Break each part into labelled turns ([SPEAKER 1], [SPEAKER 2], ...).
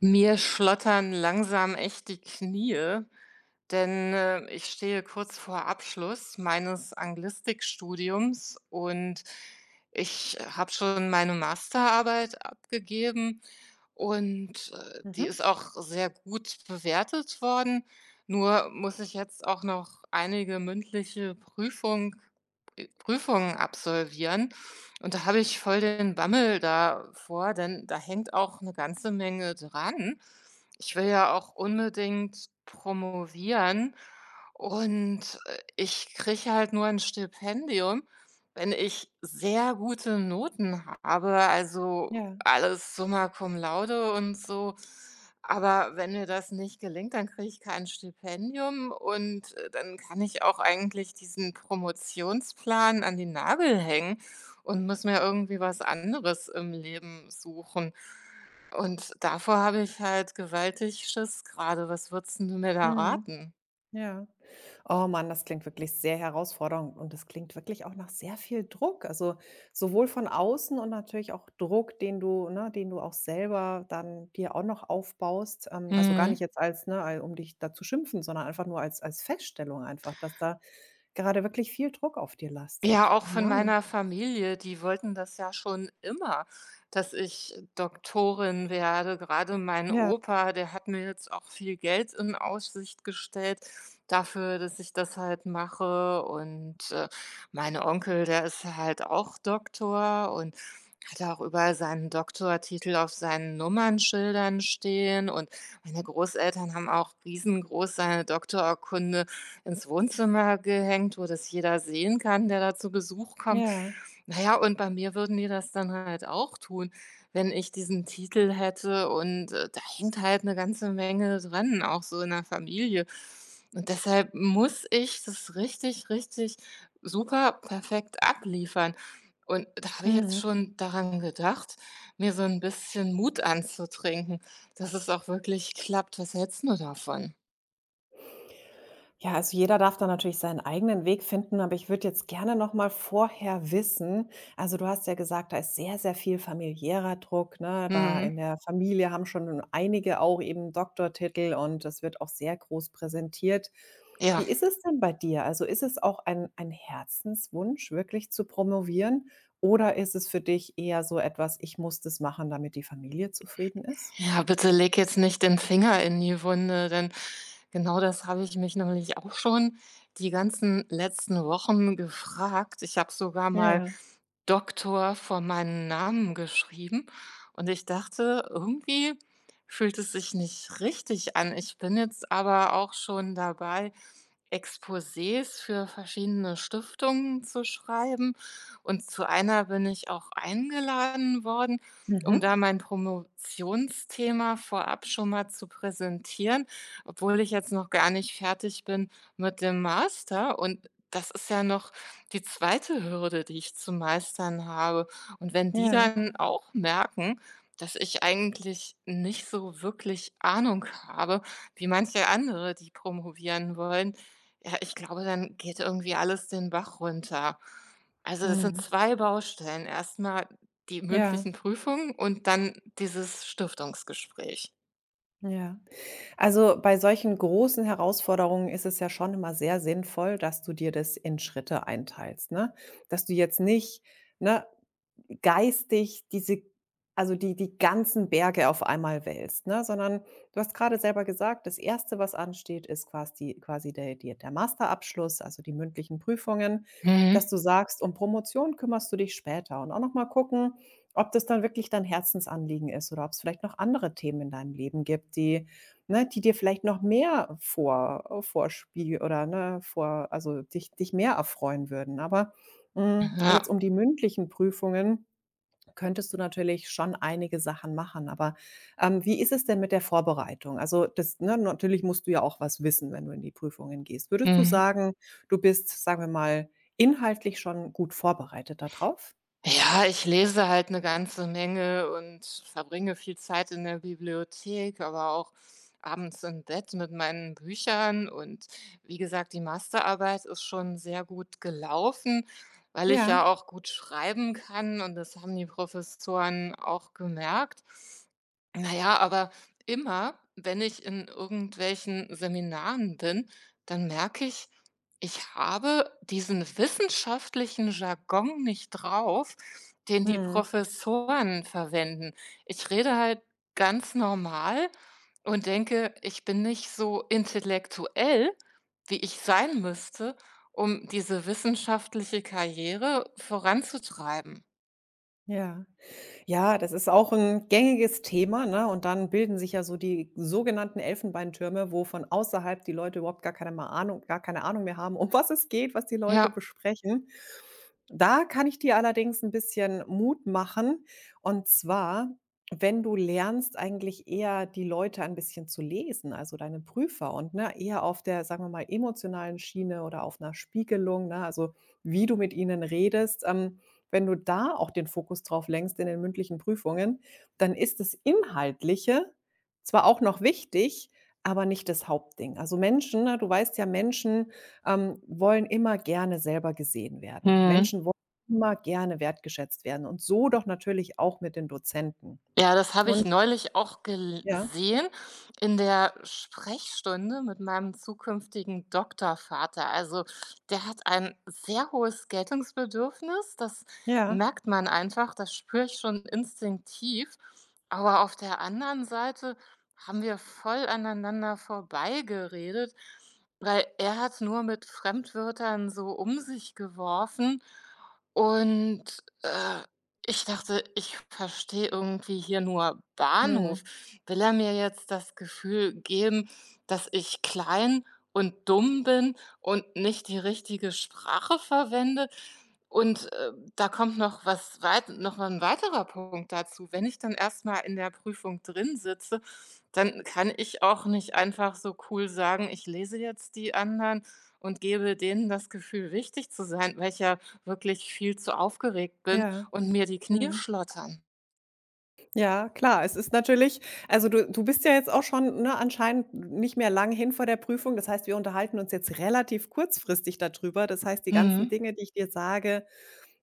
[SPEAKER 1] Mir schlottern langsam echt die Knie, denn ich stehe kurz vor Abschluss meines Anglistikstudiums und ich habe schon meine Masterarbeit abgegeben und die
[SPEAKER 2] Mhm.
[SPEAKER 1] ist auch sehr gut bewertet worden. Nur muss ich jetzt auch noch einige mündliche Prüfungen absolvieren. Und da habe ich voll den Bammel davor, denn da hängt auch eine ganze Menge dran. Ich will ja auch unbedingt promovieren und, ich kriege halt nur ein Stipendium, wenn ich sehr gute Noten habe, also
[SPEAKER 2] Ja,
[SPEAKER 1] alles Summa Cum Laude und so. Aber wenn mir das nicht gelingt, dann kriege ich kein Stipendium und, dann kann ich auch eigentlich diesen Promotionsplan an den Nagel hängen und muss mir irgendwie was anderes im Leben suchen. Und davor habe ich halt gewaltig Schiss grade. Was würdest 'n du mir da
[SPEAKER 2] mhm.
[SPEAKER 1] raten?
[SPEAKER 2] Ja. Oh Mann, das klingt wirklich sehr herausfordernd und das klingt wirklich auch nach sehr viel Druck. Also sowohl von außen und natürlich auch Druck, den du, ne, den du auch selber dann dir auch noch aufbaust. Also gar nicht
[SPEAKER 1] Mhm.
[SPEAKER 2] jetzt als, ne, um dich da zu schimpfen, sondern einfach nur als, als Feststellung einfach, dass da gerade wirklich viel Druck auf dir
[SPEAKER 1] Ja,
[SPEAKER 2] lastet.
[SPEAKER 1] auch
[SPEAKER 2] Oh
[SPEAKER 1] von
[SPEAKER 2] Mann.
[SPEAKER 1] meiner Familie, die wollten das ja schon immer, dass ich Doktorin werde. Gerade mein
[SPEAKER 2] Ja,
[SPEAKER 1] Opa, der hat mir jetzt auch viel Geld in Aussicht gestellt dafür, dass ich das halt mache. Und mein Onkel, der ist halt auch Doktor und hat auch überall seinen Doktortitel auf seinen Nummernschildern stehen. Und meine Großeltern haben auch riesengroß seine Doktorurkunde ins Wohnzimmer gehängt, wo das jeder sehen kann, der da zu Besuch kommt.
[SPEAKER 2] ja.
[SPEAKER 1] Naja, und bei mir würden die das dann halt auch tun, wenn ich diesen Titel hätte und, da hängt halt eine ganze Menge dran, auch so in der Familie. Und deshalb muss ich das richtig, richtig super perfekt abliefern. Und da habe ich jetzt
[SPEAKER 2] Mhm.
[SPEAKER 1] schon daran gedacht, mir so ein bisschen Mut anzutrinken, dass es auch wirklich klappt. Was hältst du davon?
[SPEAKER 2] Ja, also jeder darf da natürlich seinen eigenen Weg finden, aber ich würde jetzt gerne noch mal vorher wissen, also, du hast ja gesagt, da ist sehr, sehr viel familiärer Druck, ne? Da in
[SPEAKER 1] Mhm.
[SPEAKER 2] der Familie haben schon einige auch eben Doktortitel und das wird auch sehr groß präsentiert.
[SPEAKER 1] Ja.
[SPEAKER 2] Wie ist es denn bei dir? Also, ist es auch ein Herzenswunsch, wirklich zu promovieren, oder ist es für dich eher so etwas: „Ich muss das machen, damit die Familie zufrieden ist?“
[SPEAKER 1] Ja, bitte leg jetzt nicht den Finger in die Wunde, denn genau das habe ich mich nämlich auch schon die ganzen letzten Wochen gefragt. Ich habe sogar mal
[SPEAKER 2] Ja.
[SPEAKER 1] Doktor vor meinen Namen geschrieben und ich dachte, irgendwie fühlt es sich nicht richtig an. Ich bin jetzt aber auch schon dabei, Exposés für verschiedene Stiftungen zu schreiben und zu einer bin ich auch eingeladen worden, um
[SPEAKER 2] Mhm.
[SPEAKER 1] da mein Promotionsthema vorab schon mal zu präsentieren, obwohl ich jetzt noch gar nicht fertig bin mit dem Master, und das ist ja noch die zweite Hürde, die ich zu meistern habe. Und wenn die
[SPEAKER 2] Ja.
[SPEAKER 1] dann auch merken, dass ich eigentlich nicht so wirklich Ahnung habe, wie manche andere, die promovieren wollen, ja, ich glaube, dann geht irgendwie alles den Bach runter. Also, das sind
[SPEAKER 2] Mhm.
[SPEAKER 1] 2 Baustellen. Erst mal die
[SPEAKER 2] Ja.
[SPEAKER 1] mündlichen Prüfungen und dann dieses Stiftungsgespräch.
[SPEAKER 2] Ja. Also bei solchen großen Herausforderungen ist es ja schon immer sehr sinnvoll, dass du dir das in Schritte einteilst, ne? Dass du jetzt nicht, ne, geistig diese, also die ganzen Berge auf einmal wälzt, ne? Sondern du hast gerade selber gesagt, das erste was ansteht, ist quasi der Masterabschluss, also die mündlichen Prüfungen, dass
[SPEAKER 1] Mhm.
[SPEAKER 2] du sagst, um Promotion kümmerst du dich später und auch noch mal gucken, ob das dann wirklich dein Herzensanliegen ist oder ob es vielleicht noch andere Themen in deinem Leben gibt, die, ne, die dir vielleicht noch mehr vorspiel oder, ne, vor, also dich mehr erfreuen würden. Aber, hm, jetzt
[SPEAKER 1] Ja.
[SPEAKER 2] um die mündlichen Prüfungen könntest du natürlich schon einige Sachen machen, aber, wie ist es denn mit der Vorbereitung? Also, das, ne, natürlich musst du ja auch was wissen, wenn du in die Prüfungen gehst. Würdest du
[SPEAKER 1] Mhm.
[SPEAKER 2] sagen, du bist, sagen wir mal, inhaltlich schon gut vorbereitet darauf?
[SPEAKER 1] Ja, ich lese halt eine ganze Menge und verbringe viel Zeit in der Bibliothek, aber auch abends im Bett mit meinen Büchern. Und wie gesagt, die Masterarbeit ist schon sehr gut gelaufen, weil ich
[SPEAKER 2] Ja.
[SPEAKER 1] ja auch gut schreiben kann und das haben die Professoren auch gemerkt. Na ja, aber immer, wenn ich in irgendwelchen Seminaren bin, dann merke ich, ich habe diesen wissenschaftlichen Jargon nicht drauf, den die
[SPEAKER 2] Mhm.
[SPEAKER 1] Professoren verwenden. Ich rede halt ganz normal und denke, ich bin nicht so intellektuell, wie ich sein müsste, um diese wissenschaftliche Karriere voranzutreiben.
[SPEAKER 2] Ja. Ja, das ist auch ein gängiges Thema, ne? Und dann bilden sich ja so die sogenannten Elfenbeintürme, wo von außerhalb die Leute überhaupt gar keine mal Ahnung gar keine Ahnung mehr haben, um was es geht, was die Leute
[SPEAKER 1] Ja.
[SPEAKER 2] besprechen. Da kann ich dir allerdings ein bisschen Mut machen. Und zwar, wenn du lernst, eigentlich eher die Leute ein bisschen zu lesen, also deine Prüfer und, ne, eher auf der, sagen wir mal, emotionalen Schiene oder auf einer Spiegelung, ne, also wie du mit ihnen redest. Wenn du da auch den Fokus drauf lenkst in den mündlichen Prüfungen, dann ist das Inhaltliche zwar auch noch wichtig, aber nicht das Hauptding. Also Menschen, ne, du weißt ja, Menschen, wollen immer gerne selber gesehen werden.
[SPEAKER 1] Mhm.
[SPEAKER 2] Menschen wollen immer gerne wertgeschätzt werden und so doch natürlich auch mit den Dozenten.
[SPEAKER 1] Ja, das habe ich
[SPEAKER 2] Und
[SPEAKER 1] neulich auch
[SPEAKER 2] ja,
[SPEAKER 1] gesehen in der Sprechstunde mit meinem zukünftigen Doktorvater. Also, der hat ein sehr hohes Geltungsbedürfnis. Das
[SPEAKER 2] ja,
[SPEAKER 1] merkt man einfach. Das spüre ich schon instinktiv. Aber auf der anderen Seite haben wir voll aneinander vorbeigeredet, weil er hat nur mit Fremdwörtern so um sich geworfen und, äh, ich dachte, ich verstehe irgendwie hier nur Bahnhof.
[SPEAKER 2] mhm,
[SPEAKER 1] Will er mir jetzt das Gefühl geben, dass ich klein und dumm bin und nicht die richtige Sprache verwende? Und da kommt noch noch mal ein weiterer Punkt dazu. Wenn ich dann erstmal in der Prüfung drin sitze, dann kann ich auch nicht einfach so cool sagen, ich lese jetzt die anderen und gebe denen das Gefühl, wichtig zu sein, weil ich ja wirklich viel zu aufgeregt bin
[SPEAKER 2] ja,
[SPEAKER 1] und mir die Knie
[SPEAKER 2] mhm.
[SPEAKER 1] schlottern.
[SPEAKER 2] Ja, klar. Es ist natürlich, also du bist ja jetzt auch schon, ne, anscheinend nicht mehr lang hin vor der Prüfung. Das heißt, wir unterhalten uns jetzt relativ kurzfristig darüber. Das heißt, die ganzen
[SPEAKER 1] Mhm.
[SPEAKER 2] Dinge, die ich dir sage,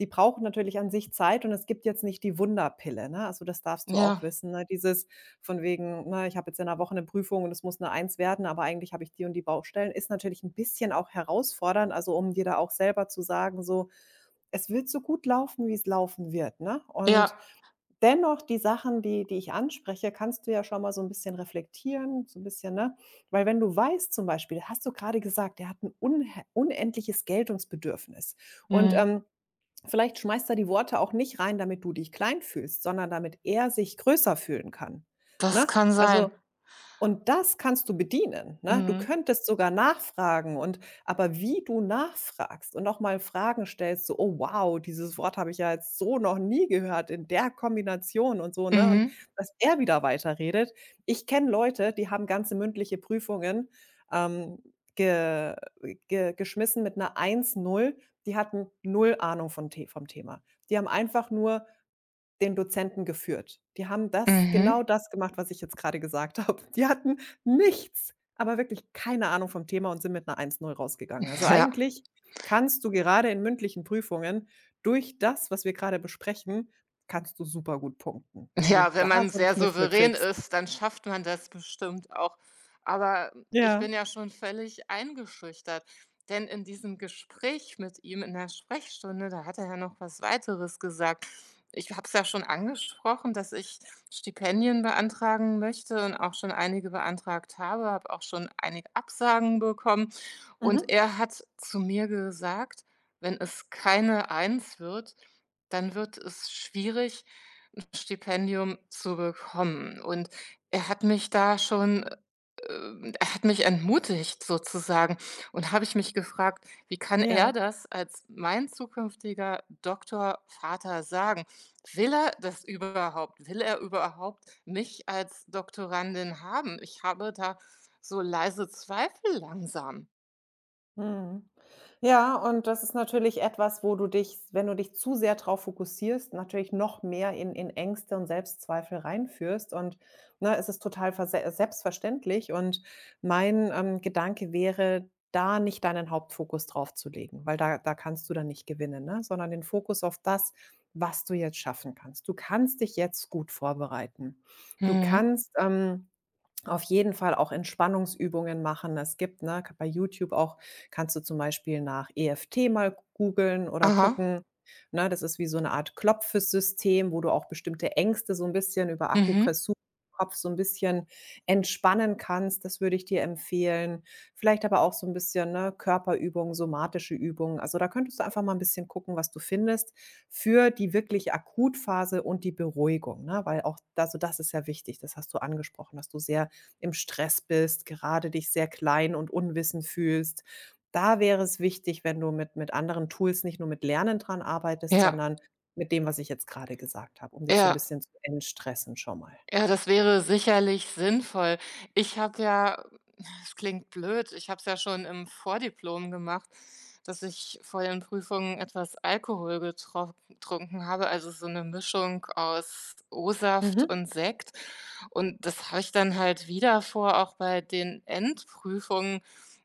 [SPEAKER 2] die brauchen natürlich an sich Zeit und es gibt jetzt nicht die Wunderpille, ne? Also, das darfst du auch
[SPEAKER 1] Ja,
[SPEAKER 2] wissen, ne? Dieses von wegen, ne: „Ich habe jetzt in einer Woche eine Prüfung und es muss eine Eins werden, aber eigentlich habe ich die und die Baustellen“, ist natürlich ein bisschen auch herausfordernd, also, um dir da auch selber zu sagen, so: „Es wird so gut laufen, wie es laufen wird“, ne?
[SPEAKER 1] ja.
[SPEAKER 2] Und dennoch die Sachen, die ich anspreche, kannst du ja schon mal so ein bisschen reflektieren, so ein bisschen, ne? Weil wenn du weißt, zum Beispiel hast du gerade gesagt, er hat ein unhe unendliches Geltungsbedürfnis und,
[SPEAKER 1] Mhm.
[SPEAKER 2] vielleicht schmeißt er die Worte auch nicht rein, damit du dich klein fühlst, sondern damit er sich größer fühlen kann,
[SPEAKER 1] Das
[SPEAKER 2] ne?
[SPEAKER 1] kann sein.
[SPEAKER 2] Also und das kannst du bedienen, ne? Du
[SPEAKER 1] Mhm.
[SPEAKER 2] könntest sogar nachfragen und, aber wie du nachfragst und noch mal Fragen stellst, so: „Oh wow, dieses Wort habe ich ja jetzt so noch nie gehört in der Kombination“ und so, ne? Und
[SPEAKER 1] Mhm.
[SPEAKER 2] dass er wieder weiterredet. Ich kenne Leute, die haben ganze mündliche Prüfungen, ähm, ge ge geschmissen mit 'ner eins Null. Die hatten null Ahnung von The vom Thema. Die haben einfach nur den Dozenten geführt. Die haben das genau
[SPEAKER 1] Mhm.
[SPEAKER 2] das gemacht, was ich jetzt gerade gesagt habe. Die hatten nichts, aber wirklich keine Ahnung vom Thema und sind mit 'ner eins null rausgegangen. Also,
[SPEAKER 1] Ja.
[SPEAKER 2] eigentlich kannst du gerade in mündlichen Prüfungen durch das, was wir gerade besprechen, kannst du super gut punkten, wenn du
[SPEAKER 1] Ja, wenn
[SPEAKER 2] da
[SPEAKER 1] man
[SPEAKER 2] so 'n
[SPEAKER 1] sehr
[SPEAKER 2] Kniff für
[SPEAKER 1] souverän
[SPEAKER 2] kriegst.
[SPEAKER 1] ist, dann schafft man das bestimmt auch. Aber ich
[SPEAKER 2] Ja.
[SPEAKER 1] bin ja schon völlig eingeschüchtert, denn in diesem Gespräch mit ihm in der Sprechstunde, da hat er ja noch was Weiteres gesagt. Ich habe es ja schon angesprochen, dass ich Stipendien beantragen möchte und auch schon einige beantragt habe, habe auch schon einige Absagen bekommen. Und
[SPEAKER 2] Mhm.
[SPEAKER 1] er hat zu mir gesagt, wenn es keine Eins wird, dann wird es schwierig, ein Stipendium zu bekommen. Und er hat mich da schon er hat mich entmutigt sozusagen, und habe ich mich gefragt: „Wie kann er
[SPEAKER 2] Ja.
[SPEAKER 1] das als mein zukünftiger Doktorvater sagen? Will er das überhaupt? Will er überhaupt mich als Doktorandin haben?“ Ich habe da so leise Zweifel langsam.
[SPEAKER 2] Mhm. Ja, und das ist natürlich etwas, wo du dich, wenn du dich zu sehr drauf fokussierst, natürlich noch mehr in Ängste und Selbstzweifel reinführst und, ne, es ist total verse selbstverständlich und mein, Gedanke wäre, da nicht deinen Hauptfokus drauf zu legen, weil da kannst du dann nicht gewinnen, ne, sondern den Fokus auf das, was du jetzt schaffen kannst. Du kannst dich jetzt gut vorbereiten. Du
[SPEAKER 1] Mhm.
[SPEAKER 2] kannst, auf jeden Fall auch Entspannungsübungen machen. Es gibt, ne, bei YouTube auch, kannst du zum Beispiel nach EFT mal googeln oder
[SPEAKER 1] Aha.
[SPEAKER 2] gucken, ne? Das ist wie so eine Art Klopfsystem, wo du auch bestimmte Ängste so ein bisschen über
[SPEAKER 1] Mhm.
[SPEAKER 2] Akupressur im Kopf so ein bisschen entspannen kannst. Das würde ich dir empfehlen. Vielleicht aber auch so ein bisschen, ne, Körperübungen, somatische Übungen. Also, da könntest du einfach mal ein bisschen gucken, was du findest für die wirklich Akutphase und die Beruhigung, ne? Weil auch, also das ist ja wichtig. Das hast du angesprochen, dass du sehr im Stress bist, gerade dich sehr klein und unwissend fühlst. Da wäre es wichtig, wenn du mit anderen Tools, nicht nur mit Lernen, dran arbeitest,
[SPEAKER 1] Ja,
[SPEAKER 2] sondern mit dem, was ich jetzt gerade gesagt habe, um dich so ein
[SPEAKER 1] ja.
[SPEAKER 2] bisschen zu entstressen schon mal.
[SPEAKER 1] Ja, das wäre sicherlich sinnvoll. Ich habe ja, es klingt blöd, ich habe es ja schon im Vordiplom gemacht, dass ich vor den Prüfungen etwas Alkohol getrock trunken habe, also so eine Mischung aus O-Saft
[SPEAKER 2] Mhm.
[SPEAKER 1] und Sekt. Und das habe ich dann halt wieder vor, auch bei den Endprüfungen,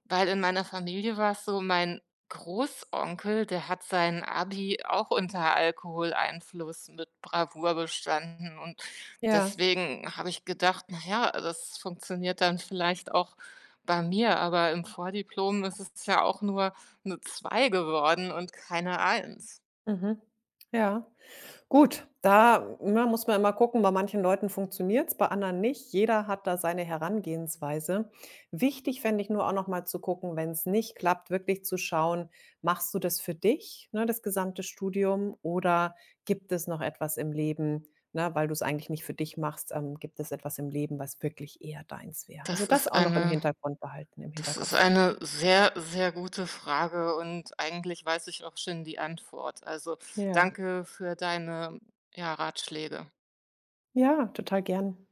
[SPEAKER 1] weil in meiner Familie war es so, mein Großonkel, der hat sein Abi auch unter Alkoholeinfluss mit Bravour bestanden und
[SPEAKER 2] Ja.
[SPEAKER 1] deswegen habe ich gedacht: „Na ja, das funktioniert dann vielleicht auch bei mir“, aber im Vordiplom ist es ja auch nur eine zwei geworden und keine eins.
[SPEAKER 2] Mhm. Ja. Gut, da, ne, muss man immer gucken, bei manchen Leuten funktioniert's, bei anderen nicht. Jeder hat da seine Herangehensweise. Wichtig fände ich nur auch nochmal zu gucken, wenn es nicht klappt, wirklich zu schauen, machst du das für dich, ne, das gesamte Studium, oder gibt es noch etwas im Leben, ne, weil du es eigentlich nicht für dich machst, gibt es etwas im Leben, was wirklich eher deins wäre? Also,
[SPEAKER 1] Das
[SPEAKER 2] das
[SPEAKER 1] ist
[SPEAKER 2] auch noch im
[SPEAKER 1] eine
[SPEAKER 2] Hintergrund behalten, im
[SPEAKER 1] Das ist
[SPEAKER 2] Hinterkopf.
[SPEAKER 1] eine sehr, sehr gute Frage und eigentlich weiß ich auch schon die Antwort. Also,
[SPEAKER 2] Ja.
[SPEAKER 1] danke für deine, ja, Ratschläge.
[SPEAKER 2] Ja, total gern.